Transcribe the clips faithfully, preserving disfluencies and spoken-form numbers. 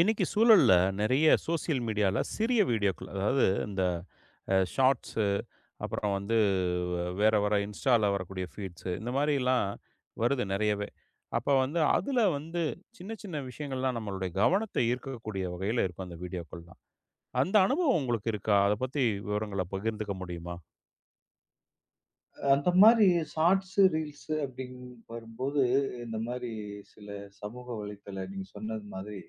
இன்னைக்கு சூழல்ல நிறைய சோசியல் மீடியால சிறிய வீடியோக்கள், அதாவது இந்த ஷார்ட்ஸு, அப்புறம் வந்து வ- வேற வர இன்ஸ்டால வரக்கூடிய ஃபீட்ஸு இந்த மாதிரிலாம் வருது நிறையவே. அப்போ வந்து அதில் வந்து சின்ன சின்ன விஷயங்கள்லாம் நம்மளுடைய கவனத்தை ஈர்க்கக்கூடிய வகையில் இருக்கும். அந்த வீடியோக்கள்லாம் அந்த அனுபவம் உங்களுக்கு இருக்கா? அதை பற்றி விவரங்களை பகிர்ந்துக்க முடியுமா? அந்த மாரி ஷார்ட்ஸு, ரீல்ஸு அப்படின்னு வரும்போது, இந்த மாரி சில சமூக வலைத்தள நீங்க சொன்னது மாதிரி,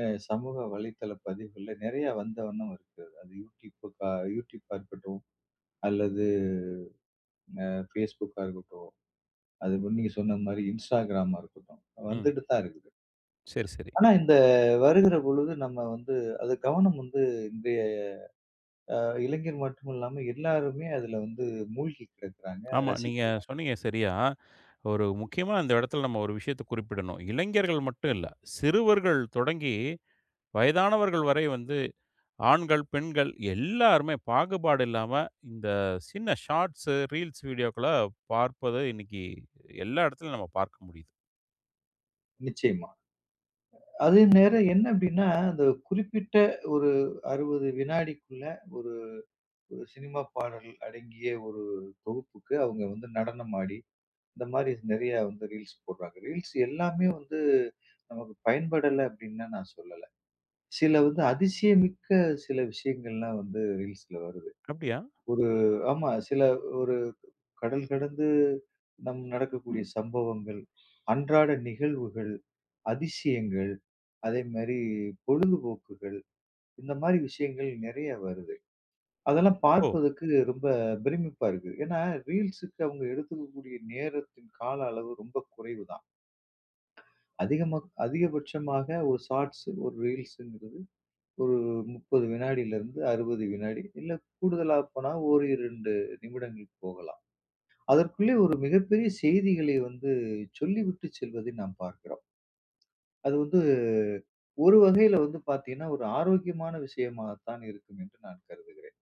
அ சமூக வலைத்தள பதிவுகள்ல நெறைய வந்தவண்ணம் இருக்கிறது. அது யூடியூப்புக்கா யூடியூப்பா இருக்கட்டும், அல்லது அ Facebookகா இருக்கட்டும், அது வந்து நீங்க சொன்னது மாரி Instagramமா இருக்கட்டும், ம். வந்துட்டு தான் இருக்குது. சரி சரி. ஆனா இந்த வருகிற பொழுது நம்ம வந்து அது கவனம் வந்து இன்றைய அ இளைஞர் மட்டும் இல்லாம எல்லாருமே அதுல வந்து மூழ்கி கிடக்குறாங்க, அத ஆமாம், நீங்கள் ரசிக்கிறாங்க. சொன்னீங்க சரியா. ஒரு முக்கியமாக அந்த இடத்துல நம்ம ஒரு விஷயத்தை குறிப்பிடணும். இளைஞர்கள் மட்டும் இல்லை, சிறுவர்கள் தொடங்கி வயதானவர்கள் வரை வந்து ஆண்கள், பெண்கள் எல்லாருமே பாகுபாடு இல்லாம, இந்த சின்ன ஷார்ட்ஸு, ரீல்ஸ் வீடியோக்கள பார்ப்பது இன்னைக்கு எல்லா இடத்துலயும் நம்ம பார்க்க முடியுது. நிச்சயமா. அதே நேரம் என்ன அப்படின்னா, அந்த குறிப்பிட்ட ஒரு அறுபது வினாடிக்குள்ள ஒரு ஒரு சினிமா பாடல் அடங்கிய ஒரு தொகுப்புக்கு அவங்க வந்து நடனம் ஆடி, இந்த மாரி நெறையா வந்து ரீல்ஸ் போடுறாங்க. ரீல்ஸ் எல்லாமே வந்து நமக்கு பயன்படல அப்படின்னு நான் சொல்லல. சில வந்து அதிசயமிக்க சில விஷயங்கள்லாம் வந்து ரீல்ஸ்ல வருது. அப்படியா? ஒரு ஆமா, சில ஒரு கடல் கடந்து நம் நடக்கக்கூடிய சம்பவங்கள், அன்றாட நிகழ்வுகள். அதிசயங்கள், அதே மாரி பொழுதுபோக்குகள், இந்த மாரி விஷயங்கள் நெறைய வருது. அதெல்லாம் ஓ! பார்ப்பதற்கு ரொம்ப பிரமிப்பா இருக்கு. ஏன்னா, ரீல்ஸுக்கு அவங்க எடுத்துக்கக்கூடிய நேரத்தின் கால அளவு ரொம்ப குறைவு தான். அதிகமா அதிகபட்சமாக ஒரு ஷார்ட்ஸ், ஒரு ரீல்ஸுங்கிறது ஒரு முப்பது வினாடியிலிருந்து அறுபது வினாடி, இல்ல கூடுதலா போனா ஒரு இரண்டு நிமிடங்கள் போகலாம். அதற்குள்ளே ஒரு மிகப்பெரிய செய்திகளை வந்து சொல்லிவிட்டு செல்வதை நாம் பார்க்கிறோம். அது வந்து ஒரு வகையில வந்து பார்த்தீங்கன்னா, ஒரு ஆரோக்கியமான விஷயமாத்தான் இருக்கும் என்று நான் கருதுகிறேன்.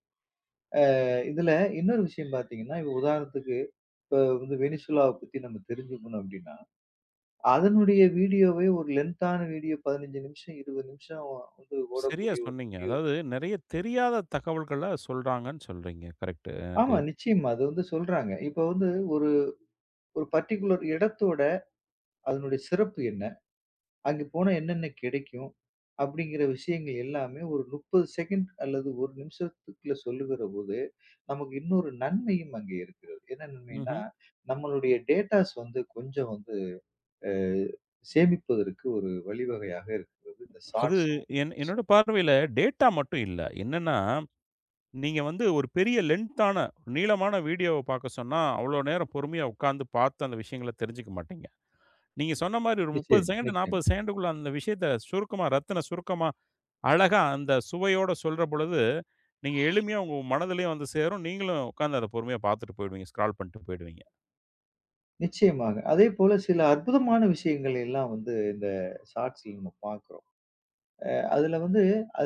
அ இதுல இன்னொரு விஷயம் பார்த்தீங்கன்னா, இப்ப உதாரணத்துக்கு இப்ப வந்து வெனிசுலாவ பத்தி நம்ம தெரிஞ்சுக்கணும் அப்படின்னா, அதனுடைய வீடியோவை ஒரு லென்த்தான வீடியோ பதினைந்து நிமிஷம், இருபது நிமிஷம் வந்து சரியா ஓடக்கூடிய ஒரு சொன்னீங்க. வீடியோ அதாவது நெறைய தெரியாத தகவல்கள சொல்றாங்கன்னு சொல்றீங்க. கரெக்ட்டு. எனக்கு ஆமா நிச்சயமா. அது வந்து சொல்றாங்க. இப்ப வந்து ஒரு ஒரு பர்ட்டிகுலர் இடத்தோட அதனுடைய சிறப்பு என்ன? அங்கு போனா என்னென்ன கிடைக்கும்? அப்படிங்கிற விஷயங்கள் எல்லாமே ஒரு முப்பது செகண்ட் அல்லது ஒரு நிமிஷத்துக்குள்ள சொல்லுகிற போது, நமக்கு இன்னொரு நன்மையும் அங்கே இருக்கிறது. என்ன நன்மைன்னா, ம்ஹ்ம். நம்மளுடைய டேட்டாஸ் வந்து கொஞ்சம் வந்து அ சேமிப்பதற்கு ஒரு வழிவகையாக இருக்கிறது. இந்த அது ஷார்ட்ஸும், என் என்னோட ரீல்ஸும். பார்வையில டேட்டா மட்டும் இல்ல. என்னன்னா, நீங்க வந்து ஒரு பெரிய லென்த்தான, நீளமான வீடியோவ பார்க்க சொன்னா, அவ்வளோ நேரம் பொறுமையா உட்கார்ந்து பார்த்து அந்த விஷயங்கள தெரிஞ்சுக்க மாட்டீங்க. நீங்க சொன்ன மாரி ஒரு முப்பது நிச்சயமா, செகண்ட், நிச்சயமா. நாற்பது செகண்டுக்குள்ள அந்த விஷயத்த சுருக்கமா, ரத்தின சுருக்கமா, அழகா அந்த சுவையோட சொல்ற பொழுது, நீங்க எளிமையா உங்க மனதிலயும் வந்து சேரும். நீங்களும் உட்கார்ந்து அத பொறுமையா பார்த்துட்டு போயிடுவீங்க. ஸ்க்ரால் பண்ணிட்டு போயிடுவீங்க. நிச்சயமாக. அதேபோல சில அற்புதமான விஷயங்கள் எல்லாம் வந்து இந்த ஷார்ட்ஸ்ல நம்ம பார்க்கிறோம். அதுல வந்து அ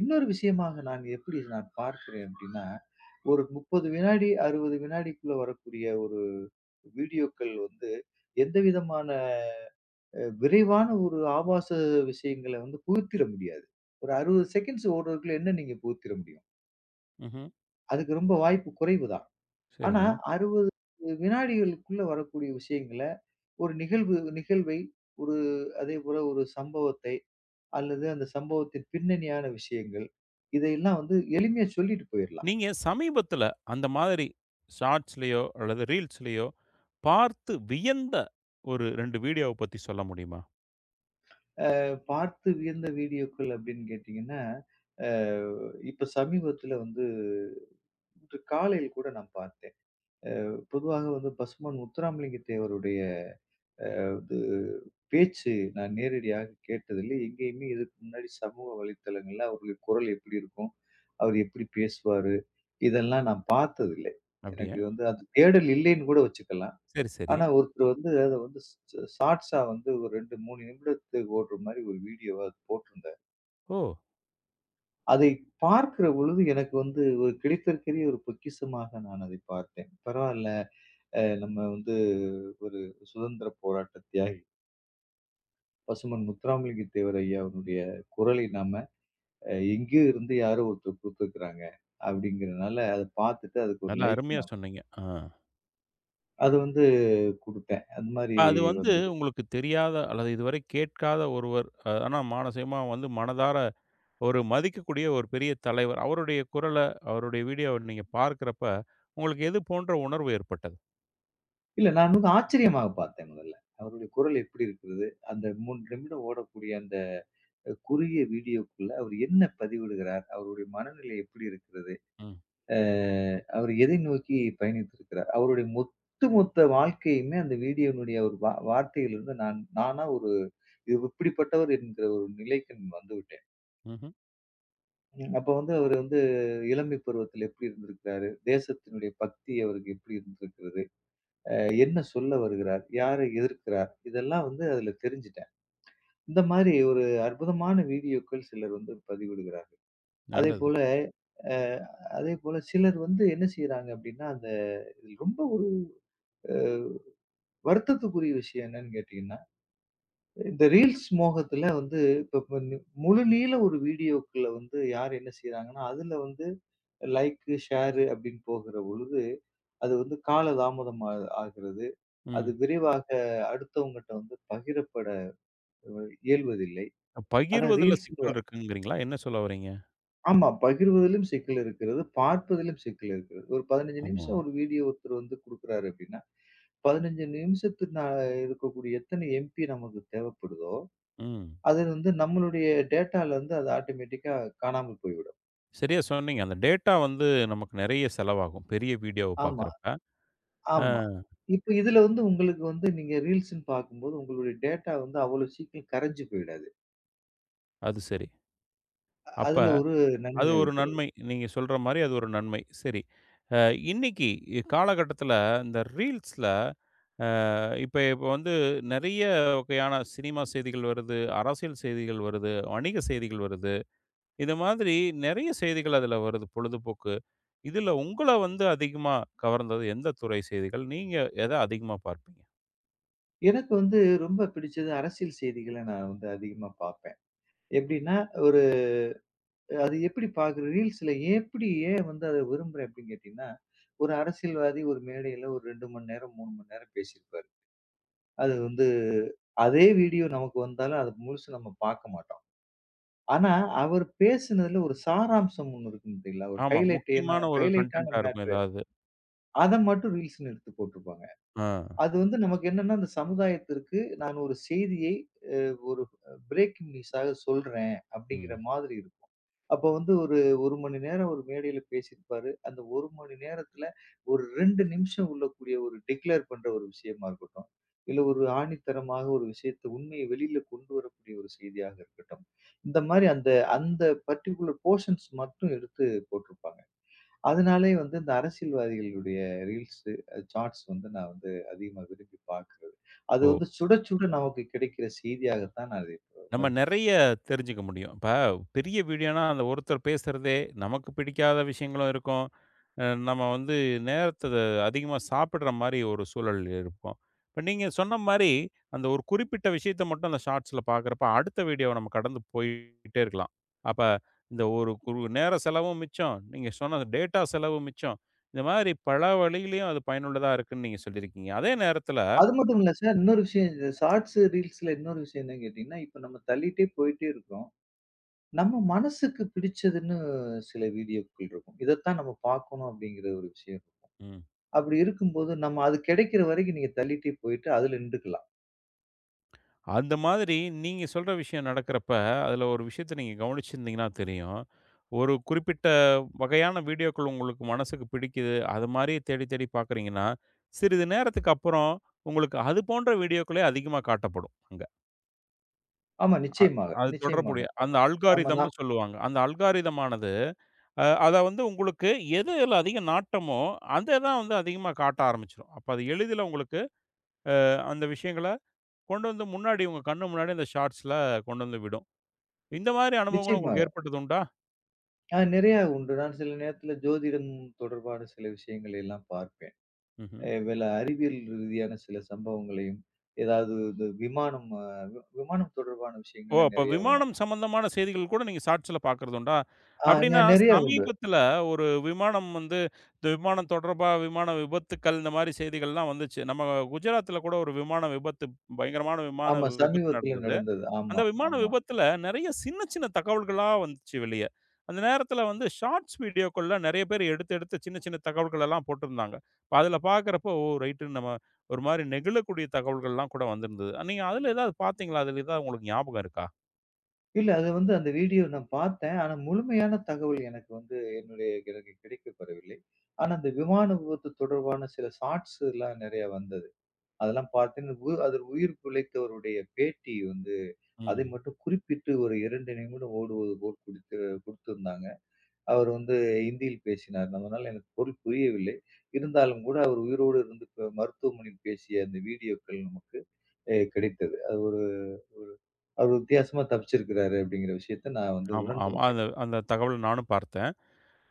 இன்னொரு விஷயமாக நான் எப்படி நான் பார்க்கிறேன் அப்படின்னா ஒரு முப்பது வினாடி, அறுபது வினாடிக்குள்ள வரக்கூடிய ஒரு வீடியோக்கள் வந்து எந்த விதமான அ விரைவான ஒரு ஆபாச விஷயங்கள வந்து புகுத்திட முடியாது. ஒரு அறுபது செகண்ட்ஸ் ஓடுறதுக்குள்ள என்ன நீங்க புகுத்திட முடியும்? ம்ஹ்ம். அதுக்கு ரொம்ப வாய்ப்பு குறைவு தான். ஆனா சரிங்க. அறுபது வினாடிகளுக்குள்ள வரக்கூடிய விஷயங்கள ஒரு நிகழ்வு நிகழ்வை, ஒரு அதேபோல ஒரு சம்பவத்தை அல்லது அந்த சம்பவத்தின் பின்னணியான விஷயங்கள், இதையெல்லாம் வந்து எளிமையா சொல்லிட்டு போயிரலாம். நீங்க சமீபத்தில அந்த மாதிரி ஷார்ட்ஸ்லயோ அல்லது ரீல்ஸ்லயோ பார்த்து வியந்த ஒரு இரண்டு வீடியோவ பத்தி சொல்ல முடியுமா? பார்த்து வியந்த வீடியோக்கள் அப்படின்னு கேட்டீங்கன்னா, அ இப்ப சமீபத்தில வந்து இன்று காலையில் கூட நான் பார்த்தேன். பொதுவாக வந்து பசுமான் முத்துராமலிங்க தேவருடைய வந்து பேச்சு நான் நேரடியாக கேட்டதில்லை. எங்கேயுமே இதுக்கு முன்னாடி சமூக வலைத்தளங்கள்ல அவருடைய குரல் எப்படி இருக்கும்? அவர் எப்படி பேசுவாரு? இதெல்லாம் நான் பார்த்ததில்லை. அப்படியா? எனக்கு வந்து அது தேடல் இல்லைன்னு கூட வச்சுக்கலாம். சரி, சரி. ஆனா ஒருத்தர் வந்து அத வந்து ஷார்ட்ஸா வந்து ஒரு இரண்டு, மூணு நிமிடத்துக்கு ஓடுற மாரி ஒரு வீடியோவா அது போட்டிருந்தார். ஓ! அதை பார்க்கிற பொழுது எனக்கு வந்து ஒரு கிடைத்திருக்கிற ஒரு பொக்கிஷமாக நான் அதை பார்த்தேன். பரவால்ல, அ நம்ம வந்து ஒரு சுதந்திர போராட்ட தியாகி. பசும்பொன் முத்துராமலிங்க தேவர் ஐயா அவருடைய குரலை நாம அ எங்கேயோ இருந்து யாரோ ஒருத்தர் குடுத்துருக்காங்க. அப்படிங்கிறனால அத பார்த்துட்டு அதுக்கு ஒரு நல்லா லைக் அருமையா நான் சொன்னீங்க. ஆ. அது வந்து குடுத்தேன். அந்த மாரி அது வந்து வந்தது. உங்களுக்கு தெரியாத அல்லது இதுவரை கேட்காத ஒருவர். அ ஆனா மானசீகமா வந்து மனதார ஒரு மதிக்கக்கூடிய ஒரு பெரிய தலைவர். அவருடைய குரல, அவருடைய வீடியோவ நீங்க பார்க்கிறப்ப, உங்களுக்கு எது போன்ற உணர்வு ஏற்பட்டது? இல்ல நான் வந்து ஆச்சரியமாக பார்த்தேன் முதல்ல. அவருடைய குரல் எப்படி இருக்கிறது? அந்த மூணு நிமிடம் ஓடக்கூடிய அந்த அஹ் குறுகிய வீடியோக்குள்ள அவர் என்ன பதிவிடுகிறார், அவருடைய மனநிலை எப்படி இருக்கிறது, ம். அஹ் அவர் எதை நோக்கி பயணித்திருக்கிறார், அவருடைய மொத்த மொத்த வாழ்க்கையுமே அந்த வீடியோனுடைய ஒரு வா வார்த்தையிலிருந்து நான் நானா ஒரு இவ் இப்படிப்பட்டவர் என்கிற ஒரு நிலைக்கு நான் வந்து விட்டேன். ம்ஹ்ம். ம். அப்ப வந்து அவர் வந்து இளமை பருவத்தில் எப்படி இருந்திருக்கிறாரு, தேசத்தினுடைய பக்தி அவருக்கு எப்படி இருந்திருக்கிறது, அஹ் என்ன சொல்ல வருகிறார், யாரை எதிர்க்கிறார், இதெல்லாம் வந்து அதுல தெரிஞ்சுட்டேன். இந்த மாதிரி ஒரு அற்புதமான வீடியோக்கள் சிலர் வந்து பதிவிடுகிறார். நல்லது. அதேபோல அ அதேபோல சிலர் வந்து என்ன செய்றாங்க அப்டின்னா, அந்த இது ரொம்ப அ வருத்தத்துக்குரிய விஷயம் என்னன்னு கேட்டீங்கன்னா, இந்த ரீல்ஸ் மோகத்துல வந்து இப்ப இப்ப நி- முழு நீள ஒரு வீடியோக்குள்ள வந்து யார் என்ன செய்றாங்கன்னா, அதுல வந்து லைக்கு, ஷேரு அப்டின்னு போகிற பொழுது, அது வந்து காலதாமதம் ஆ ஆகிறது. அது ம். விரைவாக அடுத்தவங்கட்ட வந்து பகிரப்பட இயல்வதில்லை. ஆனா பகிர்வதில ரீல்ஸ்ன்னு சிக்கல் இருக்குங்கிறீங்களா? என்ன சொல்ல வர்றீங்க? ஆமா. பகிர்வதிலும் சிக்கல் இருக்கிறது. பார்ப்பதிலும் சிக்கல் இருக்கிறது. ஒரு பதினைந்து ஆமா. நிமிஷம் ஒரு வீடியோ ஒருத்தர் வந்து குடுக்குறாரு அப்படின்னா, பதினைந்து நிமிஷத்துக்கு நான் இருக்கக்கூடிய எத்தனை எம்பி நமக்கு தேவைப்படுதோ, ம். அது வந்து நம்மளுடைய டேட்டால வந்து அது ஆட்டோமேட்டிக்கா காணாம போய்விடும். சரியா சொன்னீங்க. அந்த டேட்டா வந்து நமக்கு நெறைய செலவாகும். பெரிய வீடியோவ ஆமா, பார்க்கிறப்ப. அ ஆமா. இப்ப இதுல வந்து உங்களுக்கு வந்து நீங்க ரீல்ஸ்ன்னு பார்க்கும்போது உங்களுடைய டேட்டா வந்து அவ்வளோ சீக்கிரம் கரைஞ்சு போயிடாது. அது சரி. அ- அப்ப அதுல ஒரு அது நன்மை ஒரு இருக்கிறது. நன்மை. நீங்க சொல்ற மாரி அது ஒரு நன்மை. சரி. அ இன்னைக்கு காலகட்டத்தில இந்த ரீல்ஸ்ல அ இப்ப இப்ப வந்து நெறைய வகையான சினிமா செய்திகள் வருது, அரசியல் செய்திகள் வருது, வணிக செய்திகள் வருது. இந்த மாதிரி நெறைய செய்திகள் அதில வருது, பொழுதுபோக்கு. இதில உங்கள வந்து அதிகமா கவர்ந்தது எந்த துறை செய்திகள்? நீங்க எத அதிகமா பார்ப்பீங்க? எனக்கு வந்து ரொம்ப பிடிச்சது அரசியல் செய்திகள நான் வந்து அதிகமா பார்ப்பேன். எப்படின்னா, ஒரு அது எப்படி பார்க்குற ரீல்ஸ்ல எப்படி ஏன் வந்து அத விரும்புறேன் அப்படின்னு கேட்டீங்கன்னா, ஒரு அரசியல்வாதி ஒரு மேடையில ஒரு இரண்டு மணி நேரம், மூணு மணி நேரம் பேசியிருப்பாரு. அது வந்து அதே வீடியோ நமக்கு வந்தாலும் அது முழுசு நம்ம பார்க்க மாட்டோம். ஆனா, அவர் பேசினதுல ஒரு சாராம்சம் ஒண்ணு இருக்கும் பார்த்தீங்களா? ஒரு ஆமா. ஹைலைட் ஏன்னா முக்கியமான ஒரு ஹைலைட்டான கன்டென்ட்டா இருக்கும் மேட்ரு. ஏதாவது. அத மட்டும் ரீல்ஸ்ன்னு எடுத்து போட்டுருப்பாங்க. ஆ. அது வந்து நமக்கு என்னன்னா, அந்த சமுதாயத்திற்கு நான் ஒரு செய்தியை அ ஒரு பிரேக்கிங் நியூஸாக சொல்றேன் அப்படிங்கிற ம். மாதிரி இருக்கும். அப்ப வந்து ஒரு 1 மணி நேரம் ஒரு மேடையில பேசியிருப்பாரு. அந்த ஒரு மணி நேரத்துல ஒரு இரண்டு நிமிஷம் உள்ளக்கூடிய ஒரு டிக்ளேர் பண்ற ஒரு விஷயமா இருக்கட்டும். இல்ல ஒரு ஆணித்தரமாக ஒரு விஷயத்த உண்மையை வெளியில கொண்டு வரக்கூடிய ஒரு செய்தியாக இருக்கட்டும். இந்த மாரி அந்த அந்த பர்ட்டிகுலர் போர்ஷன்ஸ் மட்டும் எடுத்து போட்டிருப்பாங்க. அதனாலே வந்து இந்த அரசியல்வாதிகளுடைய ரீல்ஸு, அ ஷார்ட்ஸ் வந்து நான் வந்து அதிகமா விரும்பி பார்க்கிறது. அது ஓ! வந்து சுட சுட நமக்கு கிடைக்கிற செய்தியாகத்தான் நான் அதை இப்ப நம்ம உணர்கிறேன். நெறைய தெரிஞ்சுக்க முடியும். இப்ப பெரிய வீடியோனா, அந்த ஒருத்தர் பேசுறதே நமக்கு பிடிக்காத விஷயங்களும் இருக்கும். அ நம்ம வந்து நேரத்த அதிகமா சாப்பிடுற மாரி ஒரு சூழல் இருக்கும். இப்ப நீங்க சொன்ன மாரி, அந்த ஒரு குறிப்பிட்ட விஷயத்த மட்டும் அந்த ஷார்ட்ஸ்ல பார்க்குறப்ப, அடுத்த வீடியோவ நம்ம கடந்து போயிட்டே இருக்கலாம். அப்ப இந்த ஒரு குறு நேர செலவும் மிச்சம், நீங்க சொன்ன டேட்டா செலவும் மிச்சம். இந்த மாரி பல வழியிலயும் அது பயனுள்ளதா இருக்குன்னு நீங்க சொல்லியிருக்கீங்க. அதே நேரத்துல அது மட்டும் இல்ல சார், இன்னொரு விஷயம் இந்த ஷார்ட்ஸு, ரீல்ஸ்ல இன்னொரு விஷயம் என்னன்னு கேட்டீங்கன்னா, இப்ப நம்ம தள்ளிட்டே போயிட்டே இருக்கிறோம். நம்ம மனசுக்கு பிடிச்சதுன்னு சில வீடியோக்கள் இருக்கும். இதத்தான் நம்ம பார்க்கணும் அப்படிங்கிற ஒரு விஷயம் இருக்கும். ம். அப்படி இருக்கும்போது நம்ம அது கிடைக்கிற வரைக்கும் நீங்க தள்ளிட்டே போயிட்டு அதுல நின்டுக்கலாம். அந்த மாதிரி நீங்க சொல்ற விஷயம் நடக்கிறப்ப, அதுல ஒரு விஷயத்த நீங்க கவனிச்சிருந்தீங்கன்னா தெரியும். ஒரு குறிப்பிட்ட வகையான வீடியோக்கள் உங்களுக்கு மனசுக்கு பிடிக்குது. அது மாரி தேடி தேடி பார்க்குறீங்கன்னா, சிறிது நேரத்துக்கு அப்புறம் உங்களுக்கு அது போன்ற வீடியோக்களே அதிகமா காட்டப்படும் அங்க. ஆமா நிச்சயமாக, அது நிச்சயமாக. தொடர்புடைய அப்ப அந்த ஆமா அல்காரிதம்னு நான் சொல்லுவாங்க. அந்த அல்காரிதம் ஆனது, அ அத வந்து உங்களுக்கு எதுல அதிக நாட்டமோ, அத தான் வந்து அதிகமா காட்ட ஆரம்பிச்சுரும். அப்ப அது எளிதில உங்களுக்கு அஹ், அந்த விஷயங்கள கொண்டு வந்து முன்னாடி உங்க கண்ணு முன்னாடி அந்த ஷார்ட்ஸ்ல கொண்டு வந்து விடும். இந்த மாதிரி அனுபவங்களும் நிச்சயமாக. உங்களுக்கு ஏற்பட்டதுண்டா? ஆ நிறையா உண்டு. நான் சில நேரத்தில ஜோதிடம் தொடர்பான சில விஷயங்களை எல்லாம் பார்ப்பேன். ம்ஹ்ம். அ வேல அறிவியல் ரீதியான சில சம்பவங்களையும், ஏதாவது இந்த விமானம் அ விமானம் தொடர்பான ஓ! விஷயங்கள்லாம் அப்ப நிறைய வரும். விமானம் சம்மந்தமான செய்திகள் கூட நீங்க ஷார்ட்ஸ்ல பார்க்குறதுண்டா? ஆ நெ அப்படின்னா நிறைய உண்டு. சமீபத்தில ஒரு விமானம் வந்து இந்த விமானம் தொடர்பா விமான விபத்துக்கள் இந்த மாரி செய்திகள்லாம் வந்துச்சு. நம்ம குஜராத்தில கூட ஒரு விமான விபத்து, பயங்கரமான விமான ஆமா, விபத்து சமீபத்தில நடந்தது. நடந்தது. அந்த ஆமா, விமான ஆமா. விபத்துல நெறைய சின்ன சின்ன தகவல்களா வந்துச்சு வெளிய. அந்த நேரத்துல வந்து ஷார்ட்ஸ் வீடியோக்கள்ல நெறைய பேர் எடுத்து எடுத்து சின்ன சின்ன தகவல்கள் எல்லாம் போட்டிருந்தாங்க. இப்ப அதுல பார்க்கிறப்போ, ஓ! ரைட்டு, நம்ம ஒரு மாரி நெகிழக்கூடிய தகவல்கள்லாம் கூட வந்திருந்தது. நீங்க அதுல ஏதாவது பார்த்தீங்களா? அதுல ஏதாவது உங்களுக்கு ஞாபகம் இருக்கா? இல்ல அது வந்து அந்த வீடியோ நான் பார்த்தேன். ஆனா முழுமையான தகவல் எனக்கு வந்து என்னுடைய எனக்கு கிடைக்கப்பெறவில்லை. ஆனா அந்த விமான விபத்து தொடர்பான சில ஷார்ட்ஸ் எல்லாம் நிறைய வந்தது. அதெல்லாம் பார்த்தேன். உ அதில் உயிர் பிழைத்தவருடைய பேட்டி வந்து அதை ம். மட்டும் குறிப்பிட்டு ஒரு இரண்டு நிமிடம் ஓடுவது போல் குடுத்து குடுத்திருந்தாங்க. அவர் வந்து ஹிந்தியில் பேசினார். அதனால எனக்கு பொருள் புரியவில்லை. இருந்தாலும் கூட அவர் உயிரோடு இருந்து இப்ப மருத்துவமனையில் பேசிய அந்த வீடியோக்கள் நமக்கு அ கிடைத்தது. அது ஒரு அவர் வித்தியாசமா தப்பிச்சிருக்கிறாரு அப்படிங்கிற விஷயத்த நான் வந்து ஆமா, உணர்ந்து ஆமா. அந்த கொண்டேன். அந்த தகவல் நானும் பார்த்தேன்.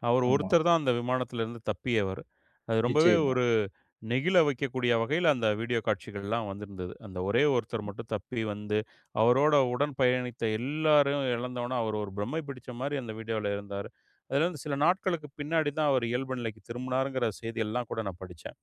அவர் ஆமா, ஒருத்தர் தான் அந்த விமானத்திலிருந்து தப்பியவர். அது ரொம்பவே நிச்சயமா. ஒரு நெகிழ வைக்கக்கூடிய வகையில அந்த வீடியோ காட்சிகள்லாம் வந்திருந்தது. அந்த ஒரே ஒருத்தர் மட்டும் தப்பி வந்து, அவரோட உடன் பயணித்த எல்லாரையும் இழந்தோனே, அவர் ஒரு பிரமை பிடிச்ச மாரி அந்த வீடியோல இருந்தாரு. அதுலேருந்து சில நாட்களுக்கு பின்னாடி தான் அவர் இயல்பு நிலைக்கு திரும்புனாருங்கிற செய்தியெல்லாம் கூட நான் படிச்சேன்.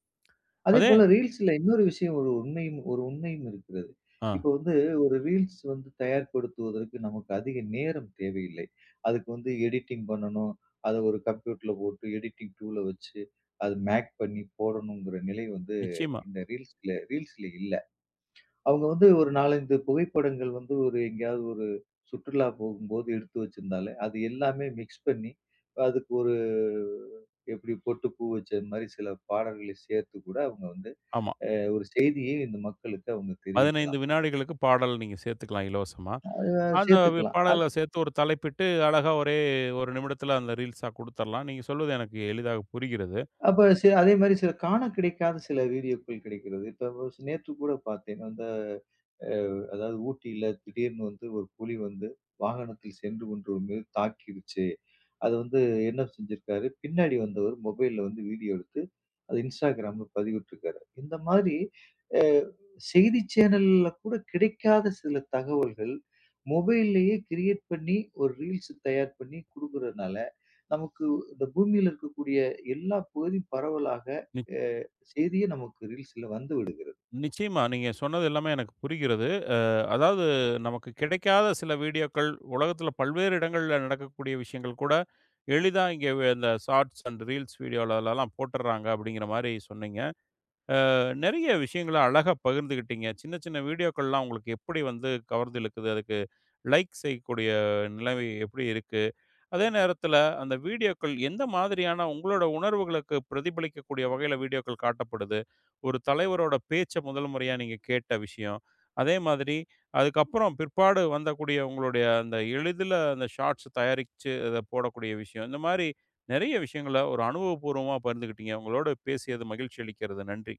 அதே அதே போல ரீல்ஸ்ல இன்னொரு விஷயம் ஒரு உண்மையும் ஒரு உண்மையும் இருக்கிறது. ஆ இப்ப வந்து ஒரு ரீல்ஸ் வந்து தயார்படுத்துவதற்கு நமக்கு அதிக நேரம் தேவையில்லை. அதுக்கு வந்து எடிட்டிங் பண்ணணும். அத ஒரு கம்ப்யூட்டர்ல போட்டு எடிட்டிங் டூல வச்சு, அது மேக் பண்ணி போடணுங்கிற நிலை வந்து நிச்சயமா. இந்த ரீல்ஸ்ல ரீல்ஸ்ல இல்ல. அவங்க வந்து ஒரு நாலு, அஞ்சு புகைப்படங்கள் வந்து ஒரு எங்கேயாவது ஒரு சுற்றுலா போகும்போது எடுத்து வச்சிருந்தாலே, அது எல்லாமே மிக்ஸ் பண்ணி, அதுக்கு ஒரு எப்படி பொட்டு பூ வச்ச மாரி சில பாடல்களை சேர்த்து கூட அவங்க வந்து ஆமா. ஒரு செய்தியை இந்த மக்களுக்கு அவங்க பதினைந்து தெரிவிக்கலாம். வினாடிகளுக்கு பாடல் நீங்க சேர்த்துக்கலாம் இலவசமா. அ அந்த சேர்த்துக்கலாம். அ பாடல்கள சேர்த்து ஒரு தலைப்பிட்டு, அழகா ஒரே ஒரு நிமிடத்தில அந்த ரீல்ஸா குடுத்துரலாம். நீங்க சொல்வது எனக்கு எளிதாக புரிகிறது. அப்ப சி அதே மாரி சில காண கிடைக்காத சில வீடியோக்கள் கிடைக்கிறது. இப்ப வ நேத்து கூட பார்த்தேன். அந்த அ அதாவது ஊட்டியில திடீர்னு வந்து ஒரு புலி வந்து வாகனத்தில் சென்று கொண்டவர் மீது தாக்கிருச்சு. அது வந்து என்ன செஞ்சிருக்காரு, பின்னாடி வந்தவர் மொபைல்ல வந்து வீடியோ எடுத்து அது Instagramல பதிவிட்டிருக்காரு. இந்த மாதிரி அ செய்தி சேனல்ல கூட கிடைக்காத சில தகவல்கள் மொபைல்லயே கிரியேட் பண்ணி ஒரு ரீல்ஸ் தயார் பண்ணி குடுக்குறதுனால, நமக்கு இந்த பூமியில இருக்கக்கூடிய எல்லா பகுதி பரவலாக நிச் அ செய்தியே நமக்கு ரீல்ஸ்ல வந்துவிடுது. நிச்சயமா நீங்க சொன்னது எல்லாமே எனக்கு புரிகிறது. அதாவது நமக்கு கிடைக்காத சில வீடியோக்கள், உலகத்தில பல்வேறு இடங்கள்ல நடக்கக்கூடிய விஷயங்கள் கூட, எளிதா இங்கே இந்த ஷார்ட்ஸ் அண்ட் ரீல்ஸ் வீடியோலலாம் போட்டுர்றாங்க அப்படிங்கிற மாரி சொன்னீங்க. அ நெறைய விஷயங்கள அழகா பகிர்ந்துக்கிட்டீங்க. சின்ன சின்ன வீடியோக்கள்லாம் உங்களுக்கு எப்படி வந்து கவர்ந்து இழுக்குது? அதுக்கு லைக் செய்யக்கூடிய நிலைமை எப்படி இருக்கு? அதே நேரத்துல, அந்த வீடியோக்கள் எந்த மாதிரியான உங்களோட உணர்வுகளுக்கு பிரதிபலிக்கக்கூடிய வகையில வீடியோக்கள் காட்டப்படுது? ஒரு தலைவரோட பேச்ச முதல் முறையா நீங்க கேட்ட விஷயம். அதே மாதிரி அதுக்கப்புறம் பிற்பாடு வந்தக்கூடிய உங்களுடைய அந்த எளிதில அந்த ஷார்ட்ஸ் தயாரிச்சு அத போடக்கூடிய விஷயம். இந்த மாரி நெறைய விஷயங்கள ஒரு அனுபவபூர்வமா பகிர்ந்துக்கிட்டீங்க. உங்களோடு பேசியது மகிழ்ச்சி அளிக்கிறது. நன்றி.